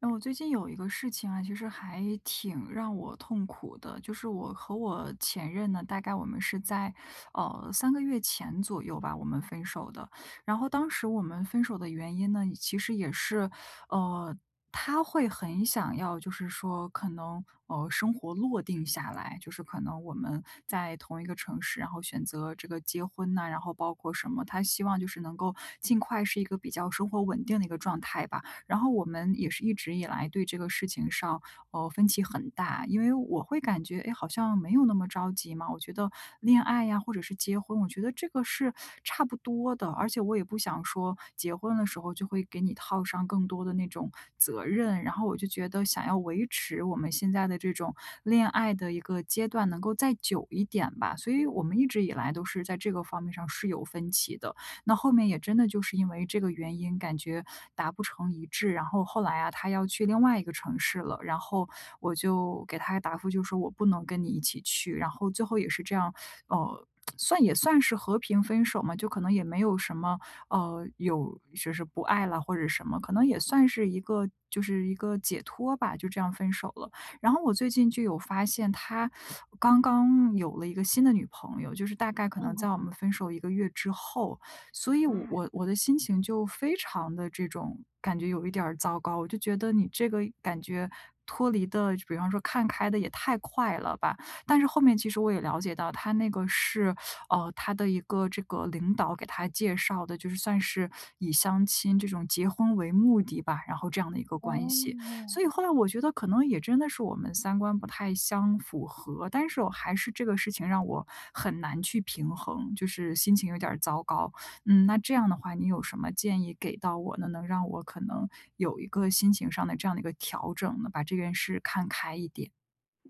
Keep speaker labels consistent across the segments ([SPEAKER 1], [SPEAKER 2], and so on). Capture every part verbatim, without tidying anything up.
[SPEAKER 1] 嗯，我最近有一个事情啊，其实还挺让我痛苦的，就是我和我前任呢，大概我们是在呃三个月前左右吧，我们分手的。然后当时我们分手的原因呢，其实也是呃。他会很想要，就是说，可能呃，生活落定下来，就是可能我们在同一个城市，然后选择这个结婚呐、然后包括什么，他希望就是能够尽快是一个比较生活稳定的一个状态吧。然后我们也是一直以来对这个事情上，呃，分歧很大，因为我会感觉，哎，好像没有那么着急嘛。我觉得恋爱呀，或者是结婚，我觉得这个是差不多的，而且我也不想说结婚的时候就会给你套上更多的那种责任。然后我就觉得想要维持我们现在的这种恋爱的一个阶段能够再久一点吧，所以我们一直以来都是在这个方面上是有分歧的。那后面也真的就是因为这个原因，感觉达不成一致，然后后来啊，他要去另外一个城市了，然后我就给他答复，就说我不能跟你一起去，然后最后也是这样，呃，算也算是和平分手嘛，就可能也没有什么，呃，有就是不爱了或者什么，可能也算是一个就是一个解脱吧，就这样分手了。然后我最近就有发现他刚刚有了一个新的女朋友，就是大概可能在我
[SPEAKER 2] 哦，
[SPEAKER 1] 们分手一个月之后，所以我
[SPEAKER 2] 啊，
[SPEAKER 1] 我我的心情就非常的这种感觉有一点儿糟糕，我就觉得你这个感觉脱离的，比方说看开的也太快了吧。但是后面其实我也了解到，他那个是，呃，他的一个这个领导给他介绍的，就是算是以相亲这种结婚为目的吧，然后这样的一个关系。所
[SPEAKER 2] 哦，
[SPEAKER 1] 以后来我觉得可能也真的是我们三观不太相符合，但是我还是这个事情让我很难去平衡，就是心情有点儿糟糕。嗯，那这样的话，你有什么建议给到我呢？能让我可能有一个心情上的这样的一个调整呢，把这件事看开一点。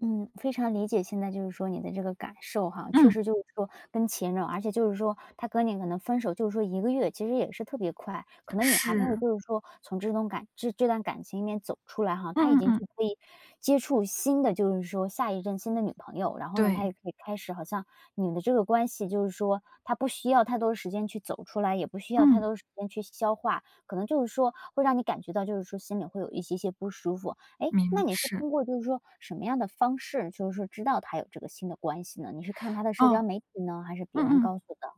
[SPEAKER 2] 嗯，非常理解现在就是说你的这个感受哈，确
[SPEAKER 1] 嗯。
[SPEAKER 2] 实就是说跟前任，而且就是说他跟你可能分手就是说一个月，其实也是特别快，可能你还没有
[SPEAKER 1] 是。
[SPEAKER 2] 就是说从这种感这这段感情里面走出来哈，他已
[SPEAKER 1] 嗯嗯
[SPEAKER 2] 经
[SPEAKER 1] 嗯。
[SPEAKER 2] 就可以接触新的就是说下一任新的女朋友，然后呢，他
[SPEAKER 1] 对。
[SPEAKER 2] 也可以开始好像你们的这个关系就是说他不需要太多的时间去走出来，也不需要太
[SPEAKER 1] 嗯。
[SPEAKER 2] 多的时间去消化，可能就是说会让你感觉到就是说心里会有一些些不舒服。哎，那
[SPEAKER 1] 明
[SPEAKER 2] 你是
[SPEAKER 1] 是。
[SPEAKER 2] 通过就是说什么样的方式，就是说知道他有这个新的关系呢？你是看他的社
[SPEAKER 1] 哦。
[SPEAKER 2] 交媒体呢，还是别
[SPEAKER 1] 嗯
[SPEAKER 2] 人
[SPEAKER 1] 嗯。
[SPEAKER 2] 告诉的？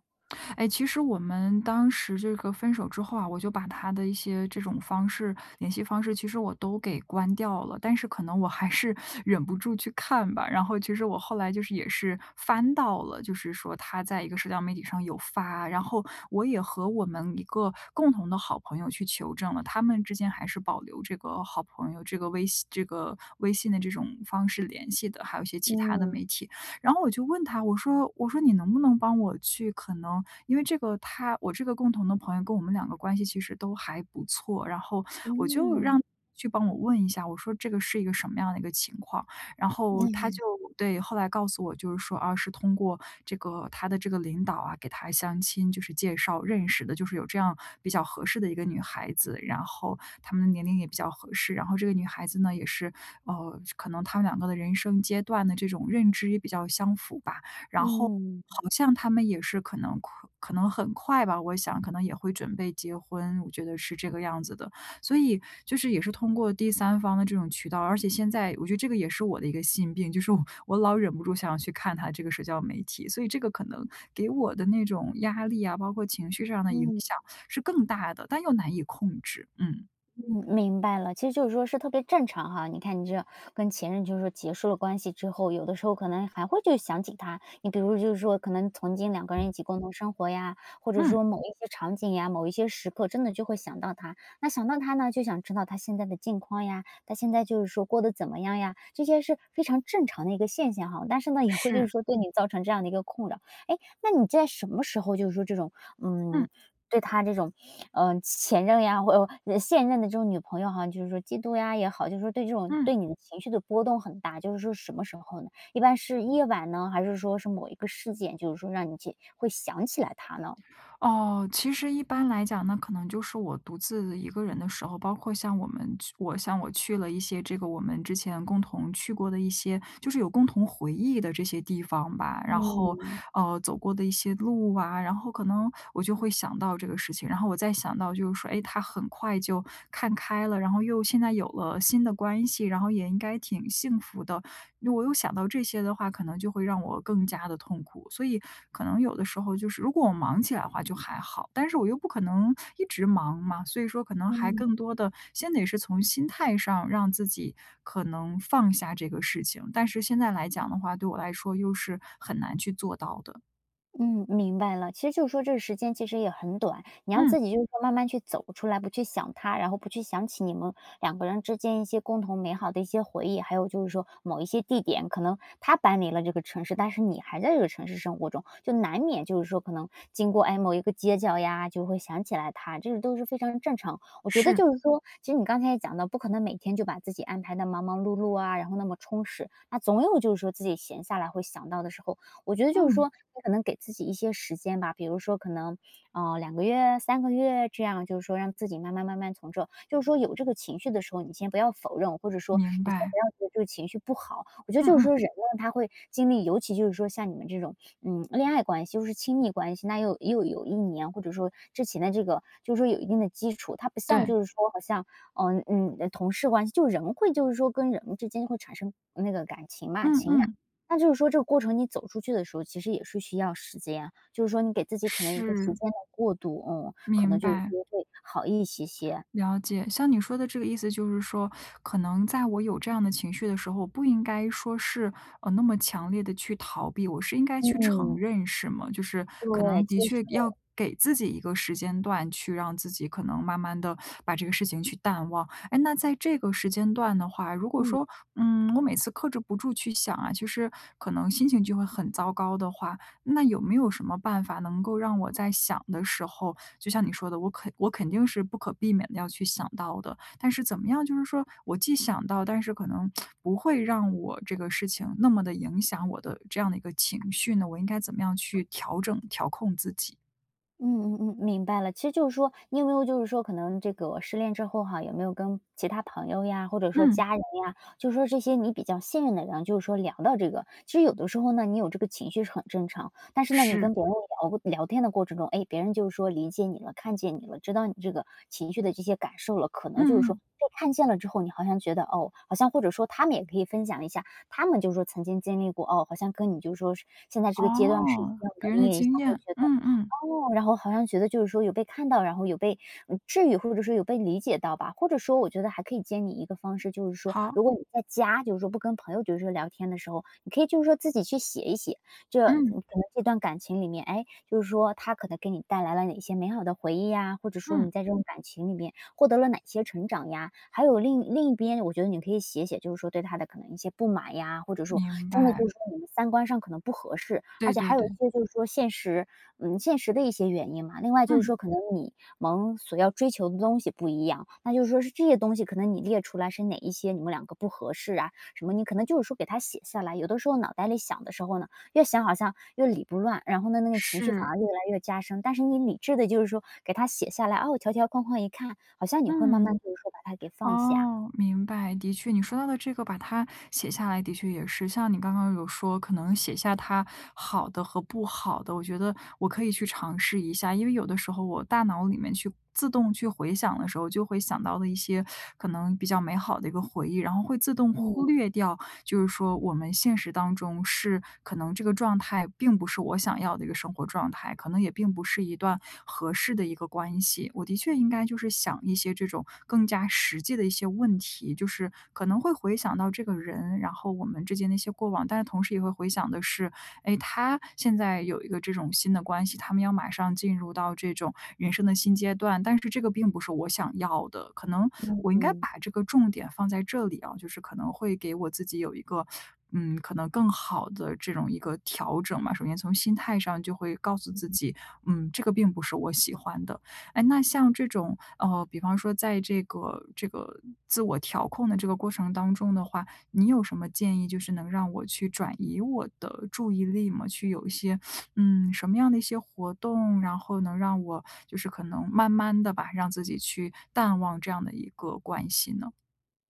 [SPEAKER 1] 哎，其实我们当时这个分手之后啊，我就把他的一些这种方式联系方式，其实我都给关掉了，但是可能我还是 忍不住去看吧。然后其实我后来就是也是翻到了，就是说他在一个社交媒体上有发，然后我也和我们一个共同的好朋友去求证了，他们之间还是保留这个好朋友这个微信这个微信的这种方式联系的，还有一些其他的
[SPEAKER 2] 嗯，
[SPEAKER 1] 媒体。然后我就问他，我说我说你能不能帮我去可能因为这个他我这个共同的朋友跟我们两个关系其实都还不错，然后我就让
[SPEAKER 2] 嗯，
[SPEAKER 1] 去帮我问一下，我说这个是一个什么样的一个情况，然后他
[SPEAKER 2] 嗯，
[SPEAKER 1] 就对，后来告诉我就是说啊，是通过这个他的这个领导啊，给他相亲就是介绍认识的，就是有这样比较合适的一个女孩子，然后他们的年龄也比较合适，然后这个女孩子呢也是呃，可能他们两个的人生阶段的这种认知也比较相符吧，然后
[SPEAKER 2] 嗯
[SPEAKER 1] 好像他们也是可能可可能很快吧，我想可能也会准备结婚，我觉得是这个样子的。所以就是也是通过第三方的这种渠道，而且现在我觉得这个也是我的一个心病，就是我我老忍不住想要去看他这个社交媒体，所以这个可能给我的那种压力啊，包括情绪上的影
[SPEAKER 2] 嗯。
[SPEAKER 1] 响是更大的，但又难以控制。嗯。
[SPEAKER 2] 嗯，明白了，其实就是说是特别正常哈。你看你这跟前任就是说结束了关系之后，有的时候可能还会就想起他。你比如就是说，可能曾经两个人一起共同生活呀，或者
[SPEAKER 1] 嗯。
[SPEAKER 2] 说某一些场景呀、某一些时刻，真的就会想到他。那想到他呢，就想知道他现在的近况呀，他现在就是说过得怎么样呀，这些是非常正常的一个现象哈。但是呢，也会就是
[SPEAKER 1] 是。
[SPEAKER 2] 说对你造成这样的一个困扰。哎，那你在什么时候就是说这种
[SPEAKER 1] 嗯。
[SPEAKER 2] 嗯对他这种，嗯前任呀，或呃，现任的这种女朋友哈，好像就是说嫉妒呀也好，就是说对这种
[SPEAKER 1] 嗯。
[SPEAKER 2] 对你的情绪的波动很大，就是说什么时候呢？一般是夜晚呢，还是说是某一个事件，就是说让你去会想起来他呢？
[SPEAKER 1] 哦，其实一般来讲呢，可能就是我独自一个人的时候，包括像我们去我像我去了一些这个我们之前共同去过的一些，就是有共同回忆的这些地方吧，然后，
[SPEAKER 2] 嗯
[SPEAKER 1] 呃，走过的一些路啊，然后可能我就会想到这个事情，然后我再想到就是说，哎，他很快就看开了，然后又现在有了新的关系，然后也应该挺幸福的。我又想到这些的话，可能就会让我更加的痛苦。所以可能有的时候就是，如果我忙起来的话就还好，但是我又不可能一直忙嘛，所以说可能还
[SPEAKER 2] 嗯。
[SPEAKER 1] 更多的先得是从心态上让自己可能放下这个事情。但是现在来讲的话，对我来说又是很难去做到的。
[SPEAKER 2] 嗯，明白了。其实就是说这个时间其实也很短，你让
[SPEAKER 1] 嗯。
[SPEAKER 2] 自己就是说慢慢去走出来，不去想他，然后不去想起你们两个人之间一些共同美好的一些回忆，还有就是说某一些地点，可能他搬离了这个城市，但是你还在这个城市生活中，就难免就是说可能经过哎某一个街角呀，就会想起来他，这个都是非常正常。我觉得
[SPEAKER 1] 是。
[SPEAKER 2] 就是说，其实你刚才也讲到，不可能每天就把自己安排的忙忙碌碌啊，然后那么充实，那总有就是说自己闲下来会想到的时候，我觉得就是
[SPEAKER 1] 嗯。
[SPEAKER 2] 说，你可能给自己一些时间吧，比如说可能，呃两个月、三个月这样，就是说让自己慢慢慢慢从这就是说有这个情绪的时候，你先不要否认，或者说
[SPEAKER 1] 明
[SPEAKER 2] 你先
[SPEAKER 1] 白。
[SPEAKER 2] 不要觉得这个情绪不好。我觉得
[SPEAKER 1] 嗯
[SPEAKER 2] 就是
[SPEAKER 1] 嗯。
[SPEAKER 2] 说人呢，他会经历，尤其就是说像你们这种，嗯，恋爱关系又是亲密关系，那又又有一年或者说之前的这个就是说有一定的基础，它不像
[SPEAKER 1] 对。
[SPEAKER 2] 就是说好像，嗯嗯，同事关系，就人会就是说跟人之间会产生那个感情嘛，
[SPEAKER 1] 嗯
[SPEAKER 2] 情感。
[SPEAKER 1] 嗯。
[SPEAKER 2] 那就是说这个过程你走出去的时候，其实也是需要时间，就是说你给自己可能一个时
[SPEAKER 1] 是。
[SPEAKER 2] 间的过渡，嗯，可能
[SPEAKER 1] 明
[SPEAKER 2] 就是
[SPEAKER 1] 白。
[SPEAKER 2] 说会好一些些。
[SPEAKER 1] 了解，像你说的这个意思，就是说，可能在我有这样的情绪的时候，我不应该说是呃那么强烈的去逃避，我是应该去承
[SPEAKER 2] 嗯，
[SPEAKER 1] 认，是吗？就是可能
[SPEAKER 2] 对，其
[SPEAKER 1] 的
[SPEAKER 2] 实
[SPEAKER 1] 确要给自己一个时间段，去让自己可能慢慢的把这个事情去淡忘。哎，那在这个时间段的话，如果
[SPEAKER 2] 嗯。
[SPEAKER 1] 说，嗯，我每次克制不住去想啊，其实可能心情就会很糟糕的话，那有没有什么办法能够让我在想的时候，就像你说的，我肯我肯定是不可避免的要去想到的，但是怎么样，就是说我既想到，但是可能不会让我这个事情那么的影响我的这样的一个情绪呢？我应该怎么样去调整、调控自己？
[SPEAKER 2] 嗯嗯嗯，明白了。其实就是说，你有没有就是说，可能这个失恋之后哈，有没有跟其他朋友呀，或者说
[SPEAKER 1] 嗯。
[SPEAKER 2] 家人呀，就是说这些你比较信任的人，就是说聊到这个，其实有的时候呢，你有这个情绪是很正常，但是呢，你
[SPEAKER 1] 是。
[SPEAKER 2] 跟别人聊聊天的过程中，哎，别人就是说理解你了，看见你了，知道你这个情绪的这些感受了，可能就是
[SPEAKER 1] 嗯
[SPEAKER 2] 说
[SPEAKER 1] 嗯。
[SPEAKER 2] 被看见了之后，你好像觉得哦，好像或者说他们也可以分享一下，他们就是说曾经经历过哦，好像跟你就是说是现在这个阶段是一
[SPEAKER 1] 哦，
[SPEAKER 2] 样的，
[SPEAKER 1] 别人
[SPEAKER 2] 你
[SPEAKER 1] 的
[SPEAKER 2] 也一下
[SPEAKER 1] 经
[SPEAKER 2] 会
[SPEAKER 1] 验。
[SPEAKER 2] 觉得。
[SPEAKER 1] 嗯嗯。
[SPEAKER 2] 哦，然后好像觉得就是说有被看到，然后有被嗯治愈，或者说有被理解到吧。或者说，我觉得还可以建议一个方式，就是说，
[SPEAKER 1] 好。
[SPEAKER 2] 如果你在家，就是说不跟朋友就是说聊天的时候，你可以就是说自己去写一写，这可能
[SPEAKER 1] 嗯
[SPEAKER 2] 这段感情里面，哎，就是说他可能给你带来了哪些美好的回忆呀，或者说
[SPEAKER 1] 嗯。
[SPEAKER 2] 你在这种感情里面获得了哪些成长呀。还有另另一边，我觉得你可以写写，就是说对他的可能一些不满呀，或者说
[SPEAKER 1] 明
[SPEAKER 2] 真的
[SPEAKER 1] 白。
[SPEAKER 2] 就是说你们三观上可能不合适，而
[SPEAKER 1] 对
[SPEAKER 2] 且
[SPEAKER 1] 对
[SPEAKER 2] 还有
[SPEAKER 1] 对。
[SPEAKER 2] 一些就是说现实嗯，现实的一些原因嘛。另外就是
[SPEAKER 1] 嗯。
[SPEAKER 2] 说可能你们所要追求的东西不一样，那就是说是这些东西可能你列出来是哪一些你们两个不合适啊，什么你可能就是说给他写下来。有的时候脑袋里想的时候呢，越想好像越理不乱，然后呢，那个情绪反
[SPEAKER 1] 是。
[SPEAKER 2] 而越来越加深。但是你理智的就是说给他写下来，哦，条条框框一看，好像你会慢
[SPEAKER 1] 嗯。
[SPEAKER 2] 慢就是说把它给放下。
[SPEAKER 1] 哦，明白。的确，你说到的这个，把它写下来，的确也是像你刚刚有说，可能写下它好的和不好的，我觉得我可以去尝试一下。因为有的时候我大脑里面去自动去回想的时候，就会想到的一些可能比较美好的一个回忆，然后会自动忽
[SPEAKER 2] 嗯
[SPEAKER 1] 略掉，就是说我们现实当中是可能这个状态并不是我想要的一个生活状态，可能也并不是一段合适的一个关系。我的确应该就是想。讲一些这种更加实际的一些问题，就是可能会回想到这个人，然后我们之间的一些过往，但是同时也会回想的是，哎，他现在有一个这种新的关系，他们要马上进入到这种人生的新阶段，但是这个并不是我想要的，可能我应该
[SPEAKER 2] 嗯。
[SPEAKER 1] 把这个重点放在这里啊，就是可能会给我自己有一个。嗯，可能更好的这种一个调整嘛，首先从心态上就会告诉自己，嗯，这个并不是我喜欢的，哎，那像这种，呃，比方说在这个这个自我调控的这个过程当中的话，你有什么建议，就是能让我去转移我的注意力吗？去有一些，嗯，什么样的一些活动，然后能让我就是可能慢慢的吧，让自己去淡忘这样的一个关系呢？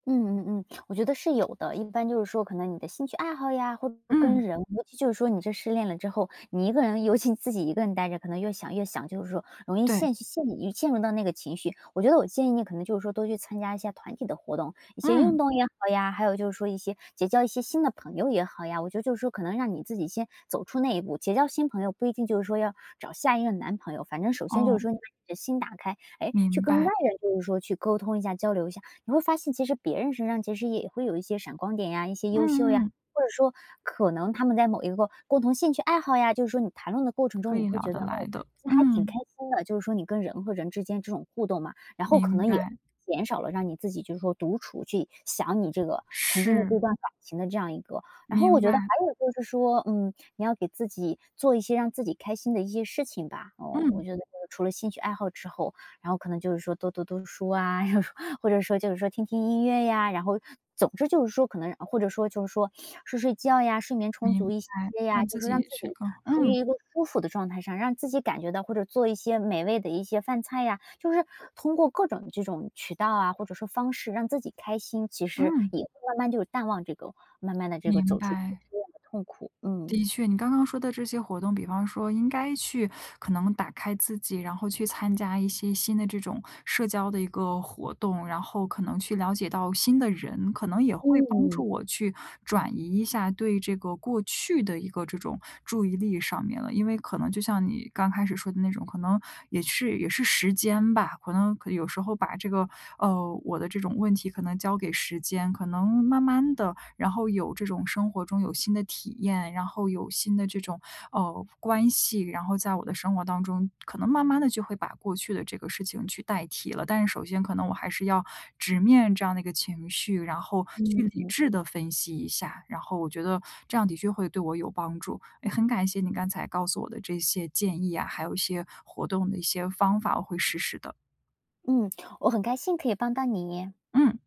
[SPEAKER 2] 嗯嗯嗯，我觉得是有的。一般就是说可能你的兴趣爱好呀，或者说跟
[SPEAKER 1] 嗯。
[SPEAKER 2] 人尤其就是说你这失恋了之后，你一个人尤其自己一个人待着，可能越想越想，就是说容易
[SPEAKER 1] 对。
[SPEAKER 2] 陷去陷入陷入到那个情绪。我觉得我建议你可能就是说多去参加一些团体的活动，一些运
[SPEAKER 1] 嗯。
[SPEAKER 2] 动也好呀，还有就是说一些结交一些新的朋友也好呀。我觉得就是说可能让你自己先走出那一步，结交新朋友不一定就是说要找下一任男朋友，反正首先就是
[SPEAKER 1] 哦，
[SPEAKER 2] 说你把你的心打开，哎，去
[SPEAKER 1] 明
[SPEAKER 2] 跟
[SPEAKER 1] 白。
[SPEAKER 2] 外人就是说去沟通一下、交流一下。你会发现其实别人身上其实也会有一些闪光点呀，一些优秀呀，
[SPEAKER 1] 嗯嗯。
[SPEAKER 2] 或者说可能他们在某一个共同兴趣爱好呀，就是说你谈论的过程
[SPEAKER 1] 可
[SPEAKER 2] 中，你
[SPEAKER 1] 以
[SPEAKER 2] 会
[SPEAKER 1] 聊
[SPEAKER 2] 觉
[SPEAKER 1] 得
[SPEAKER 2] 得哦，
[SPEAKER 1] 来的。
[SPEAKER 2] 其实还挺开
[SPEAKER 1] 嗯。
[SPEAKER 2] 心的，就是说你跟人和人之间这种互动嘛，然后可
[SPEAKER 1] 明
[SPEAKER 2] 能也
[SPEAKER 1] 白。
[SPEAKER 2] 减少了让你自己就是说独处去想你这个曾经的
[SPEAKER 1] 是。
[SPEAKER 2] 这段感情的这样一个。然后我
[SPEAKER 1] 明
[SPEAKER 2] 觉
[SPEAKER 1] 白。
[SPEAKER 2] 得还有就是说，嗯，你要给自己做一些让自己开心的一些事情吧。哦，我
[SPEAKER 1] 嗯。
[SPEAKER 2] 觉得就是除了兴趣爱好之后，然后可能就是说多读读书啊，或者说就是说听听音乐呀，然后总之就是说可能或者说就是说睡睡觉呀，睡眠充
[SPEAKER 1] 明
[SPEAKER 2] 足一些
[SPEAKER 1] 白，
[SPEAKER 2] 呀，
[SPEAKER 1] 让自
[SPEAKER 2] 就是让
[SPEAKER 1] 己
[SPEAKER 2] 自
[SPEAKER 1] 去
[SPEAKER 2] 己
[SPEAKER 1] 更好。
[SPEAKER 2] 处于
[SPEAKER 1] 嗯。
[SPEAKER 2] 一个舒服的状态上，让自己感觉到或者做一些美味的一些饭菜呀，就是通过各种这种渠道啊，或者说方式让自己开心，其实
[SPEAKER 1] 嗯。
[SPEAKER 2] 也会慢慢就是淡忘这个慢慢的这个
[SPEAKER 1] 明
[SPEAKER 2] 走出这个
[SPEAKER 1] 白。
[SPEAKER 2] 失恋的痛苦，嗯。
[SPEAKER 1] 的确，你刚刚说的这些活动，比方说应该去可能打开自己，然后去参加一些新的这种社交的一个活动，然后可能去了解到新的人，可能也会帮
[SPEAKER 2] 嗯，
[SPEAKER 1] 助我去转移一下对这个过去的一个这种注意力上面了。因为可能就像你刚开始说的那种，可能也是也是时间吧，可能可有时候把这个呃我的这种问题可能交给时间。可能慢慢的，然后有这种生活中有新的体验，然后有新的这种，呃，关系，然后在我的生活当中，可能慢慢的就会把过去的这个事情去代替了。但是首先可能我还是要直面这样的一个情绪，然后去
[SPEAKER 2] 嗯。
[SPEAKER 1] 理智的分析一下，然后我觉得这样的确会对我有帮助。哎，很感谢你刚才告诉我的这些建议啊，还有一些活动的一些方法，我会实施的。
[SPEAKER 2] 嗯，我很开心可以帮到你。
[SPEAKER 1] 嗯。